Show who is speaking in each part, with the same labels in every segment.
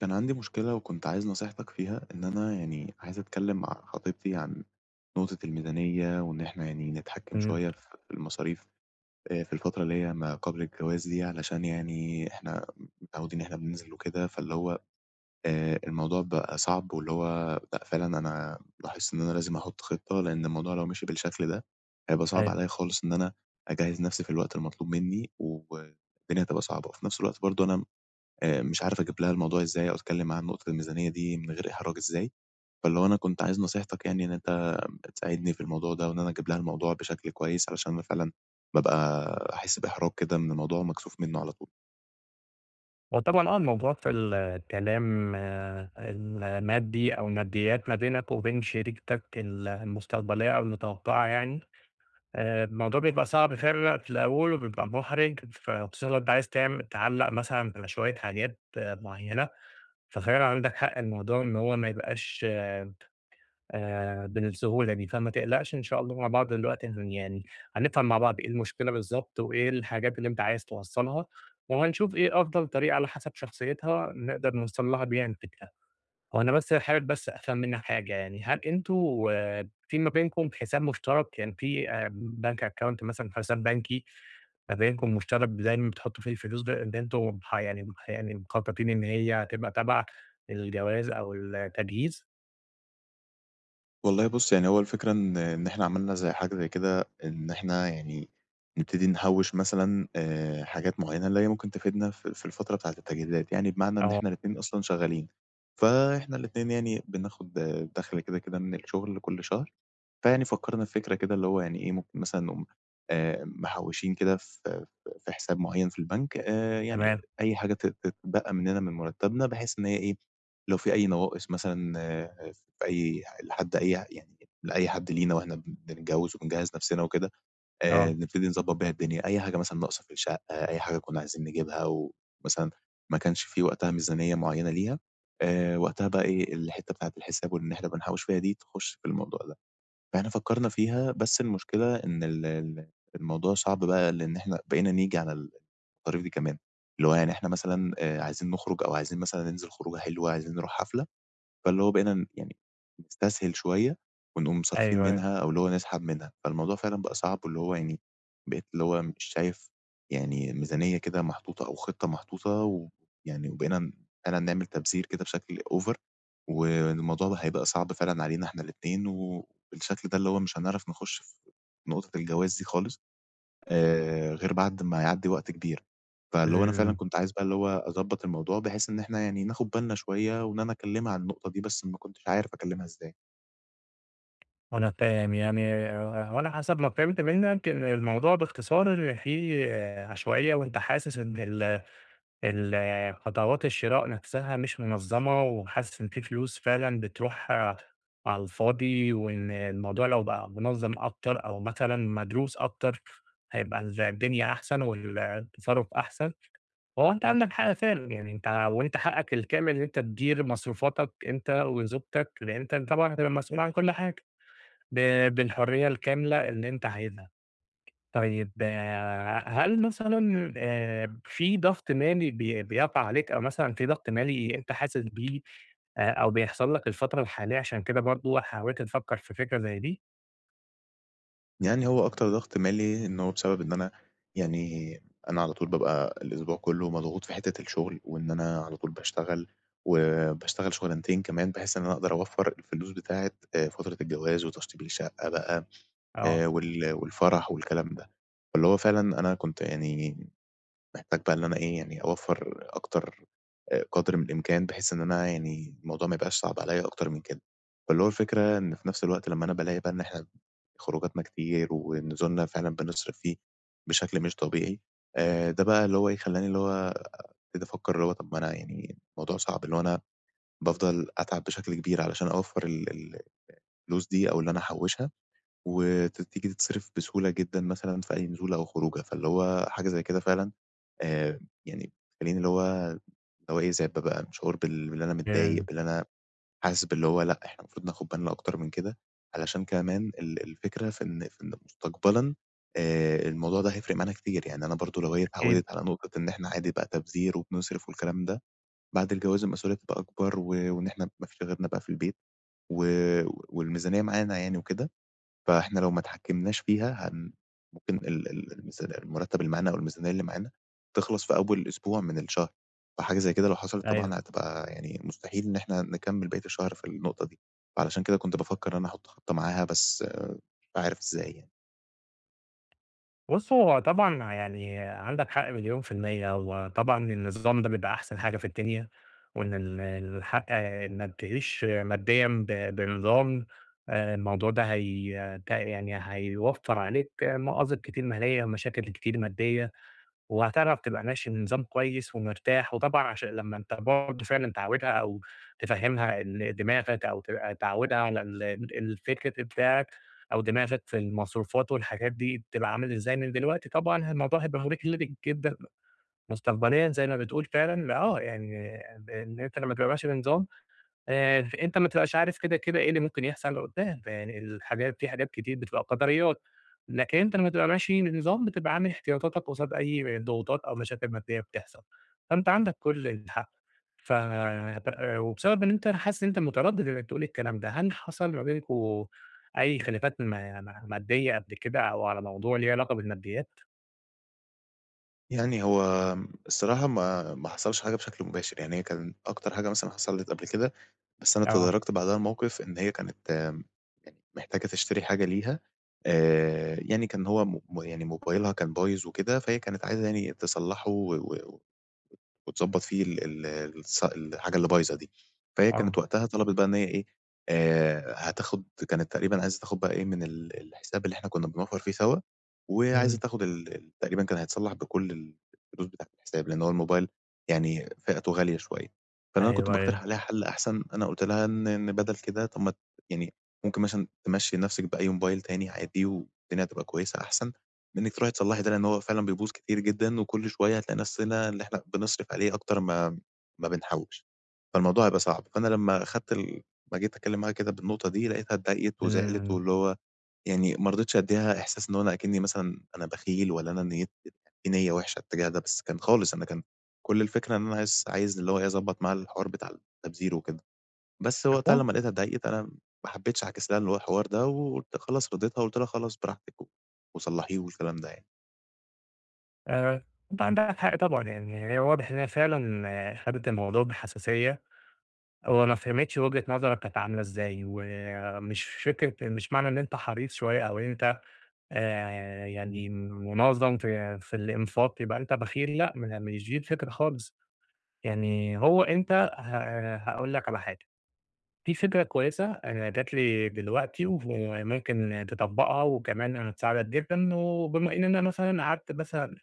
Speaker 1: كان عندي مشكلة وكنت عايز نصيحتك فيها، إن أنا يعني عايز أتكلّم مع خطيبتي عن نقطة الميزانية، وإن إحنا يعني نتحكّم
Speaker 2: إمم،
Speaker 1: شوية في المصاريف في الفترة اللي هي ما قبل الجواز دي، علشان يعني إحنا متعوّدين إن إحنا بننزل وكده، فاللي هو الموضوع بقى صعب، واللي هو لأ فعلًا أنا لاحظت إن أنا لازم أحُط خطة، لإن الموضوع لو مشي بالشكل ده هيبقى صعب
Speaker 2: أيوه.
Speaker 1: عليّا خالص إن أنا أجهّز نَفْسي في الوقت المطلوب منّي، والدنيا هتبقى صعبة، وفي نَفْس الوقت برضه أنا مش عارف أجيب لها الموضوع إزاي أو أتكلّم معاها عن نقطة الميزانية دي من غير إحراج إزاي. فاللي هو أنا كنت عايز نصيحتك، يعني إن أنت تساعدني في الموضوع ده وإن أنا أجيب لها الموضوع بشكل كويس، علشان أنا فعلًا بابقى باحس بإحراج كده من الموضوع ومكسوف منّه على طول.
Speaker 2: وطبعًا آه، الموضوع في الكلام آه، المادي أو الماديات ما بينك وبين شريكتك المستقبلية أو المتوقعة الموضوع بيبقى صعب فعلًا في الأول وبيبقى مُحرِج، فخصوصًا لو أنت عايز تعلّق مثلًا على شوية حاجات آه، معيّنة، ففعلًا عندك حق الموضوع إن هو ما يبقاش بالسهولة دي، فما تقلقش إن شاء الله مع بعض دلوقتي هن يعني هنفهم مع بعض إيه المشكلة بالضبط، وإيه الحاجات اللي أنت عايز توصّلها، وهنشوف إيه أفضل طريقة على حسب شخصيتها نقدر نوصل لها بيها الفكرة. هو أنا بس حابب أفهم منّك حاجة يعني، هل أنتم في ما بينكم حساب مشترك؟ يعني في bank account مثلًا حساب بنكي ما بينكم مشترك دايمًا بتحطّوا فيه الفلوس ده اللي أنتم ح يعني يعني مخططين إن هي تبقى تبع الجواز أو التجهيز؟
Speaker 1: والله بُص، يعني هو الفكرة إن إحنا عملنا زي حاجة زي كده، إن إحنا يعني نبتدي نحوّش مثلًا حاجات معيّنة اللي هي ممكن تفيدنا في الفترة بتاعة التجهيزات، يعني بمعنى إن
Speaker 2: آه،
Speaker 1: إحنا الاتنين أصلًا شغّالين، فإحنا الاتنين يعني بناخُد دَخْل كده، كده من الشغل كل شهر. فيعني فكّرنا بفكرة كده اللي هو يعني إيه، ممكن مثلًا نقوم محوّشين كده في في حساب معيّن في البنك، يعني
Speaker 2: تمام،
Speaker 1: أي حاجة تتبقى مننا من مرتّبنا، بحيث إن هي إيه، لو في أي نواقص مثلًا، في أي لحد أي يعني، لأي حد لينا وإحنا بنتجوّز وبنجهّز نَفْسنا وكده،
Speaker 2: آه.
Speaker 1: نبتدي نضبّط بيها الدنيا، أي حاجة مثلًا ناقصة في الشقة، أي حاجة كُنّا عايزين نجيبها ومثلًا ما كانش في وقتها ميزانية معيّنة ليها، وقتها بقى إيه، الحتّة بتاعة الحساب وإن إحنا بنحوّش فيها دي تخُش في الموضوع ده. فإحنا فكّرنا فيها، بس المشكلة إن ال ال الموضوع صعب بقى، لإن إحنا بقينا نيجي على المصاريف دي كمان، اللي هو يعني إحنا مثلًا عايزين نخرج أو عايزين مثلًا ننزل خروجة حلوة، عايزين نروح حفلة، فاللي هو بقينا يعني نستسهل شوية ونقوم صارفين
Speaker 2: أيوه، أيوه.
Speaker 1: منها أو اللي هو نسحب منها، فالموضوع فعلًا بقى صعب، واللي هو يعني بقيت اللي هو مش شايف يعني ميزانية كده محطوطة أو خطة محطوطة، ويعني وبقينا فعلًا نعمل تبذير كده بشكل over، والموضوع بقى هيبقى صعب فعلًا علينا إحنا الاتنين، وبالشكل ده اللي هو مش هنعرف نخُش في نقطة الجواز دي خالص، غير بعد ما يعدّي وقت كبير. فاللي هو أنا فعلًا
Speaker 2: إمم،
Speaker 1: كنت عايز بقى اللي هو أضبّط الموضوع، بحيث إن إحنا يعني ناخُد بالنا شوية وإن أنا أكلّمها عن النقطة دي، بس ما كنتش عارف أكلّمها إزاي.
Speaker 2: أنا فاهم يعني هو أنا حسب ما فهمت منك إن الموضوع باختصار فيه آه، عشوائية، وأنت حاسس إن ال آه، خطوات الشراء نفسها مش منظمة، وحاسس إن في فلوس فعلًا بتروح آه، على الفاضي، وإن الموضوع لو بقى منظم أكتر أو مثلًا مدروس أكتر، هيبقى الدنيا أحسن والتصرف أحسن. هو أنت عندك حق فعلًا، يعني أنت وأنت حقك الكامل إن أنت تدير مصروفاتك أنت وزوجتك، لإن أنت طبعًا هتبقى مسؤول عن كل حاجة ب بالحرية الكاملة اللي أنت عايزها. طيب آه، هل مثلًا في ضغط مالي بيقع عليك أو مثلًا في ضغط مالي أنت حاسس بيه أو بيحصل لك الفترة الحالية عشان كده برضه حاولت تفكّر في فكرة زي دي؟
Speaker 1: يعني هو أكتر ضغط مالي إن هو بسبب إن أنا يعني أنا على طول بابقى الأسبوع كُلّه مضغوط في حتّة الشغل، وإن أنا على طول باشتغل وباشتغل شغلانتين كمان، بحيث إن أنا أقدر أوفّر الفلوس بتاعة فترة الجواز وتشطيب الشقة بقى،
Speaker 2: آه.
Speaker 1: والفرح والكلام ده. فاللي هو فعلًا أنا كنت يعني محتاج بقى إن أنا إيه، يعني أوفّر أكتر قدر من الإمكان، بحيث إن أنا يعني الموضوع ما يبقاش صعب عليّا أكتر من كده. فاللي هو الفكرة إن في نفس الوقت لمّا أنا بالاقي بقى إن إحنا خروجاتنا كتير ونزولنا فعلًا بنصرف فيه بشكل مش طبيعي، ده بقى اللي هو إيه، خلّاني اللي هو ابتدي أفكّر اللي هو طب ما أنا يعني الموضوع صعب، اللي هو أنا بافضل أتعب بشكل كبير علشان أوفّر ال ال الفلوس دي أو اللي أنا أحوّشها، وت تيجي تتصرف بسهولة جدًا مثلًا في أي نزولة أو خروجة، فاللي هو حاجة زي كده فعلًا آآ يعني خلّيني اللي هو إيه، زي بابقى شعور باللي أنا متضايق،
Speaker 2: إمم.
Speaker 1: باللي أنا حاسس باللي هو لأ، إحنا المفروض ناخُد بالنا أكتر من كده، علشان كمان الفكرة في إن مستقبلًا الموضوع ده هيفرق معانا كتير، يعني أنا برضه لو هي
Speaker 2: أكيد.
Speaker 1: اتعوّدت على نقطة إن إحنا عادي بقى تبذير وبنصرف والكلام ده، بعد الجواز المسؤولية تبقى أكبر، وإن إحنا ما فيش غيرنا بقى في البيت، و والميزانية معانا يعني وكده. فإحنا لو ما اتحكمناش فيها ممكن ال ال المرتب اللي معانا أو الميزانية اللي معانا تخلص في أول أسبوع من الشهر، فحاجة زي كده لو حصلت
Speaker 2: أيوه.
Speaker 1: طبعًا هتبقى يعني مستحيل إن إحنا نكمّل بقية الشهر في النقطة دي، فعلشان كده كنت بافكّر إن أنا أحُط خطة معاها، بس مش عارف إزاي يعني.
Speaker 2: بُص، هو طبعًا يعني عندك حق مليون في المِيّة، هو طبعًا النظام ده بيبقى أحسن حاجة في الدنيا، وإن الحق إنك تعيش ماديًا بنظام، الموضوع ده هي ت يعني هيوفّر عليك مآزق كتير مالية ومشاكل كتير مادية. وهتعرف تبقى ماشي بنظام كويس ومرتاح، وطبعًا عشان لمّا أنت برضه فعلًا تعوّدها أو تفهّمها إن دماغك أو تبقى تعوّدها على الفكر بتاعك أو دماغك في المصروفات والحاجات دي بتبقى عامل إزاي من دلوقتي، طبعًا الموضوع هيبقى مُريح ليك جدًا مستقبليًا زي ما بتقول فعلًا، لا، آه، يعني إن أنت لمّا تبقى ماشي بنظام ف أنت ما بتبقاش عارف كده، كده إيه اللي ممكن يحصل قدّام، يعني في حاجات كتير بتبقى قدريات، لكن أنت لمّا تبقى ماشي بنظام بتبقى عامل احتياطاتك قصاد أي ضغوطات أو مشاكل مادية بتحصل، فأنت عندك كل الحق. ف وبسبب إن أنت حاسس إن أنت متردد إنك تقول الكلام ده، هل حصل ما بينكم أي خلافات ما ما مادية قبل كده أو على موضوع ليه علاقة بالماديات؟
Speaker 1: يعني هو الصراحة ما حصلش حاجة بشكل مباشر، يعني هي كان أكتر حاجة مثلًا حصلت قبل كده، بس أنا
Speaker 2: آه،
Speaker 1: تداركت بعدها الموقف، إن هي كانت محتاجة تشتري حاجة ليها، يعني كان هو م م يعني موبايلها كان بايظ وكده، فهي كانت عايزة يعني تصلّحه و و وتضبّط فيه ال ال الص الحاجة اللي بايظة دي. فهي
Speaker 2: آه،
Speaker 1: كانت وقتها طلبِت بقى إن هي إيه، كانت تقريبًا عايزة تاخد بقى إيه، من الحساب اللي إحنا كُنّا بنوفّر فيه سوا، وعايزة
Speaker 2: إمم،
Speaker 1: تاخد ال ال تقريبًا كان هيتصلّح بكل الفلوس بتاعة الحساب، لإن هو الموبايل يعني فئته غالية شوية. فأنا كنت
Speaker 2: أيوه،
Speaker 1: باقترح
Speaker 2: أيوه،
Speaker 1: عليها حَل أحسن، أنا قُلت لها إن بدل كده طَب ما يعني ممكن مثلًا تمشّي نَفْسِك بأي موبايل تاني عادي، والدنيا هتبقى كويسة أحسن منِّك تروحي تصلّحي ده، لإن هو فعلًا بيبوظ كتير جدًا، وكل شوية هتلاقي نَفْسنا اللي إحنا بنصرف عليه أكتر ما بنحوّش، فالموضوع هيبقى صعب. فأنا لمّا أخدت ما جيت أتكلّم معاها كده بالنقطة دي، لقيتها اتضايقت وزعلِت،
Speaker 2: إمم.
Speaker 1: واللي هو يعني ما رضيتش أدّيها إحساس إن هو أنا أكنّي مثلًا أنا بخيل، ولا أنا في نيّة وِحشة اتجاه ده، بس كان خالص أنا كان كل الفكرة إن أنا عايز اللي هو إيه، أضبّط معاها الحوار بتاع التبذير وكده. بس وقتها لمّا لقيتها اتضايقت، أنا ما حبّيتش أعكس لها اللي هو الحوار ده، وقُلت خلاص رضيتها وقُلت لها: "خلاص براحتك وصلّحيه." والكلام ده يعني.
Speaker 2: آآ، أنتِ عندك حق طبعًا، يعني هي واضح إن هي فعلًا آه، خدِت الموضوع بحساسية، هو ما فهمِتش وجهة نظرك كانت عاملة إزاي، ومش فكرة مش معنى إن أنت حريص شوية أو أنت يعني منظَّم في الإنفاق يبقى أنت بخيل، لأ، ما مش دي الفكرة خالص، يعني هو أنت ه هاقول لك على حاجة، في فكرة كويسة جات لي دلوقتي وممكن تطبّقها وكمان انا هتساعدك جدًا، وبما إننا مثلًا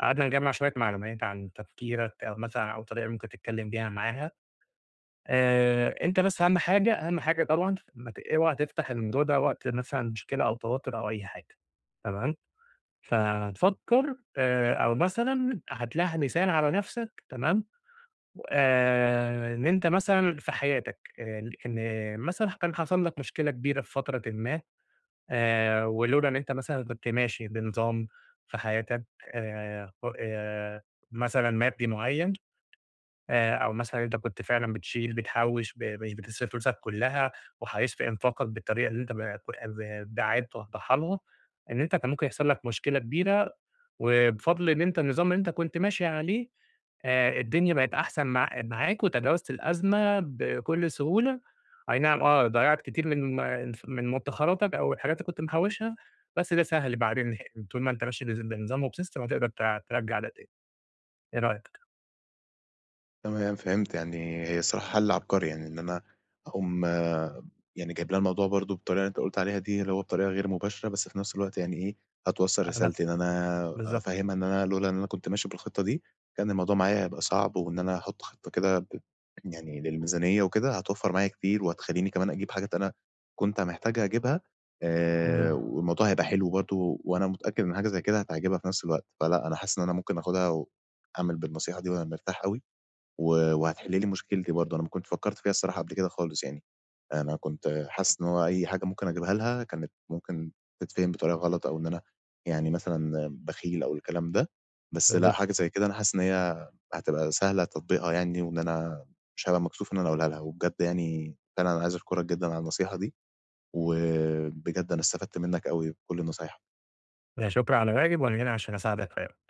Speaker 2: قعدنا نجمّع شوية معلومات عن تفكيرك أو مثلًا أو طريقة ممكن تتكلّم بيها معاها، أنت بس أهم حاجة طبعًا ما ت اوعى تفتح الموضوع ده وقت مثلًا مشكلة أو توتُّر أو أي حاجة تمام، فتفكّر أو مثلًا هتلاقي مثال على نَفْسك تمام، إن أنت مثلًا في حياتك إن مثلًا كان حصل لك مشكلة كبيرة في فترةٍ ما ولولا إن أنت مثلًا كنت ماشي بنظام في حياتك ق مثلًا مادي معيّن أو مثلًا أنت كنت فعلًا بتشيل، بتحوّش، مش بتصرف فلوسك كلّها وحريص في إنفاقك بالطريقة اللي أنت ب ب باعِت توضّحها لهم، إن أنت كان ممكن يحصل لك مشكلة كبيرة، وبفضل إن أنت النظام اللي أنت كنت ماشي عليه الدنيا بقت أحسن معاك وتجاوزت الأزمة بكل سهولة، أي نعم آه، ضيّعت كتير من مدخراتك أو الحاجات اللي كنت محوّشها، بس ده سهل بعدين طول ما أنت ماشي بنظام وبsystem هتقدر ترجّع ده تاني، إيه رأيك؟
Speaker 1: تمام، فهمت. يعني هي الصراحة حَل عبقري، يعني إن أنا أقوم يعني جايب لها الموضوع برضه بالطريقة اللي أنت قُلت عليها دي، اللي هو بطريقة غير مباشرة، بس في نفس الوقت يعني إيه، هتوصّل
Speaker 2: على
Speaker 1: رسالتي إن
Speaker 2: نفسك،
Speaker 1: أنا
Speaker 2: بالضبط.
Speaker 1: أفهّمها إن أنا لولا إن أنا كنت ماشي بالخطة دي، كان الموضوع معايا هيبقى صعب، وإن أنا هاحط خطة كده يعني للميزانية وكده، هتوفّر معايا كتير، وهتخلّيني كمان أجيب حاجات أنا كنت محتاج أجيبها، والموضوع هيبقى حلو برضه، وأنا متأكد إن حاجة زي كده هتعجبها في نفس الوقت، فلأ أنا حاسس إن أنا ممكن آخُدها وأعمل بالنصيحة دي وأنا مرتاح أوي. وهتحل لي مشكلتي برضه. أنا ما كنتش فكّرت فيها الصراحة قبل كده خالص يعني، أنا كنت حاسس إن هو أي حاجة ممكن أجيبها لها كانت ممكن تتفهم بطريقة غلط، أو إن أنا يعني مثلًا بخيل أو الكلام ده، بس لأ،
Speaker 2: بالضبط،
Speaker 1: حاجة زي كده أنا حاسس إن هي هتبقى سهلة تطبيقها، يعني وإن أنا مش هابقى مكسوف إن أنا أقولها لها، وبجد يعني فعلًا أنا عايز أشكرك جدًا على النصيحة دي، وبجد أنا استفدت منّك أوي بكل النصايح.
Speaker 2: هي شكرًا على واجب، وأنا هنا عشان أساعدك في أي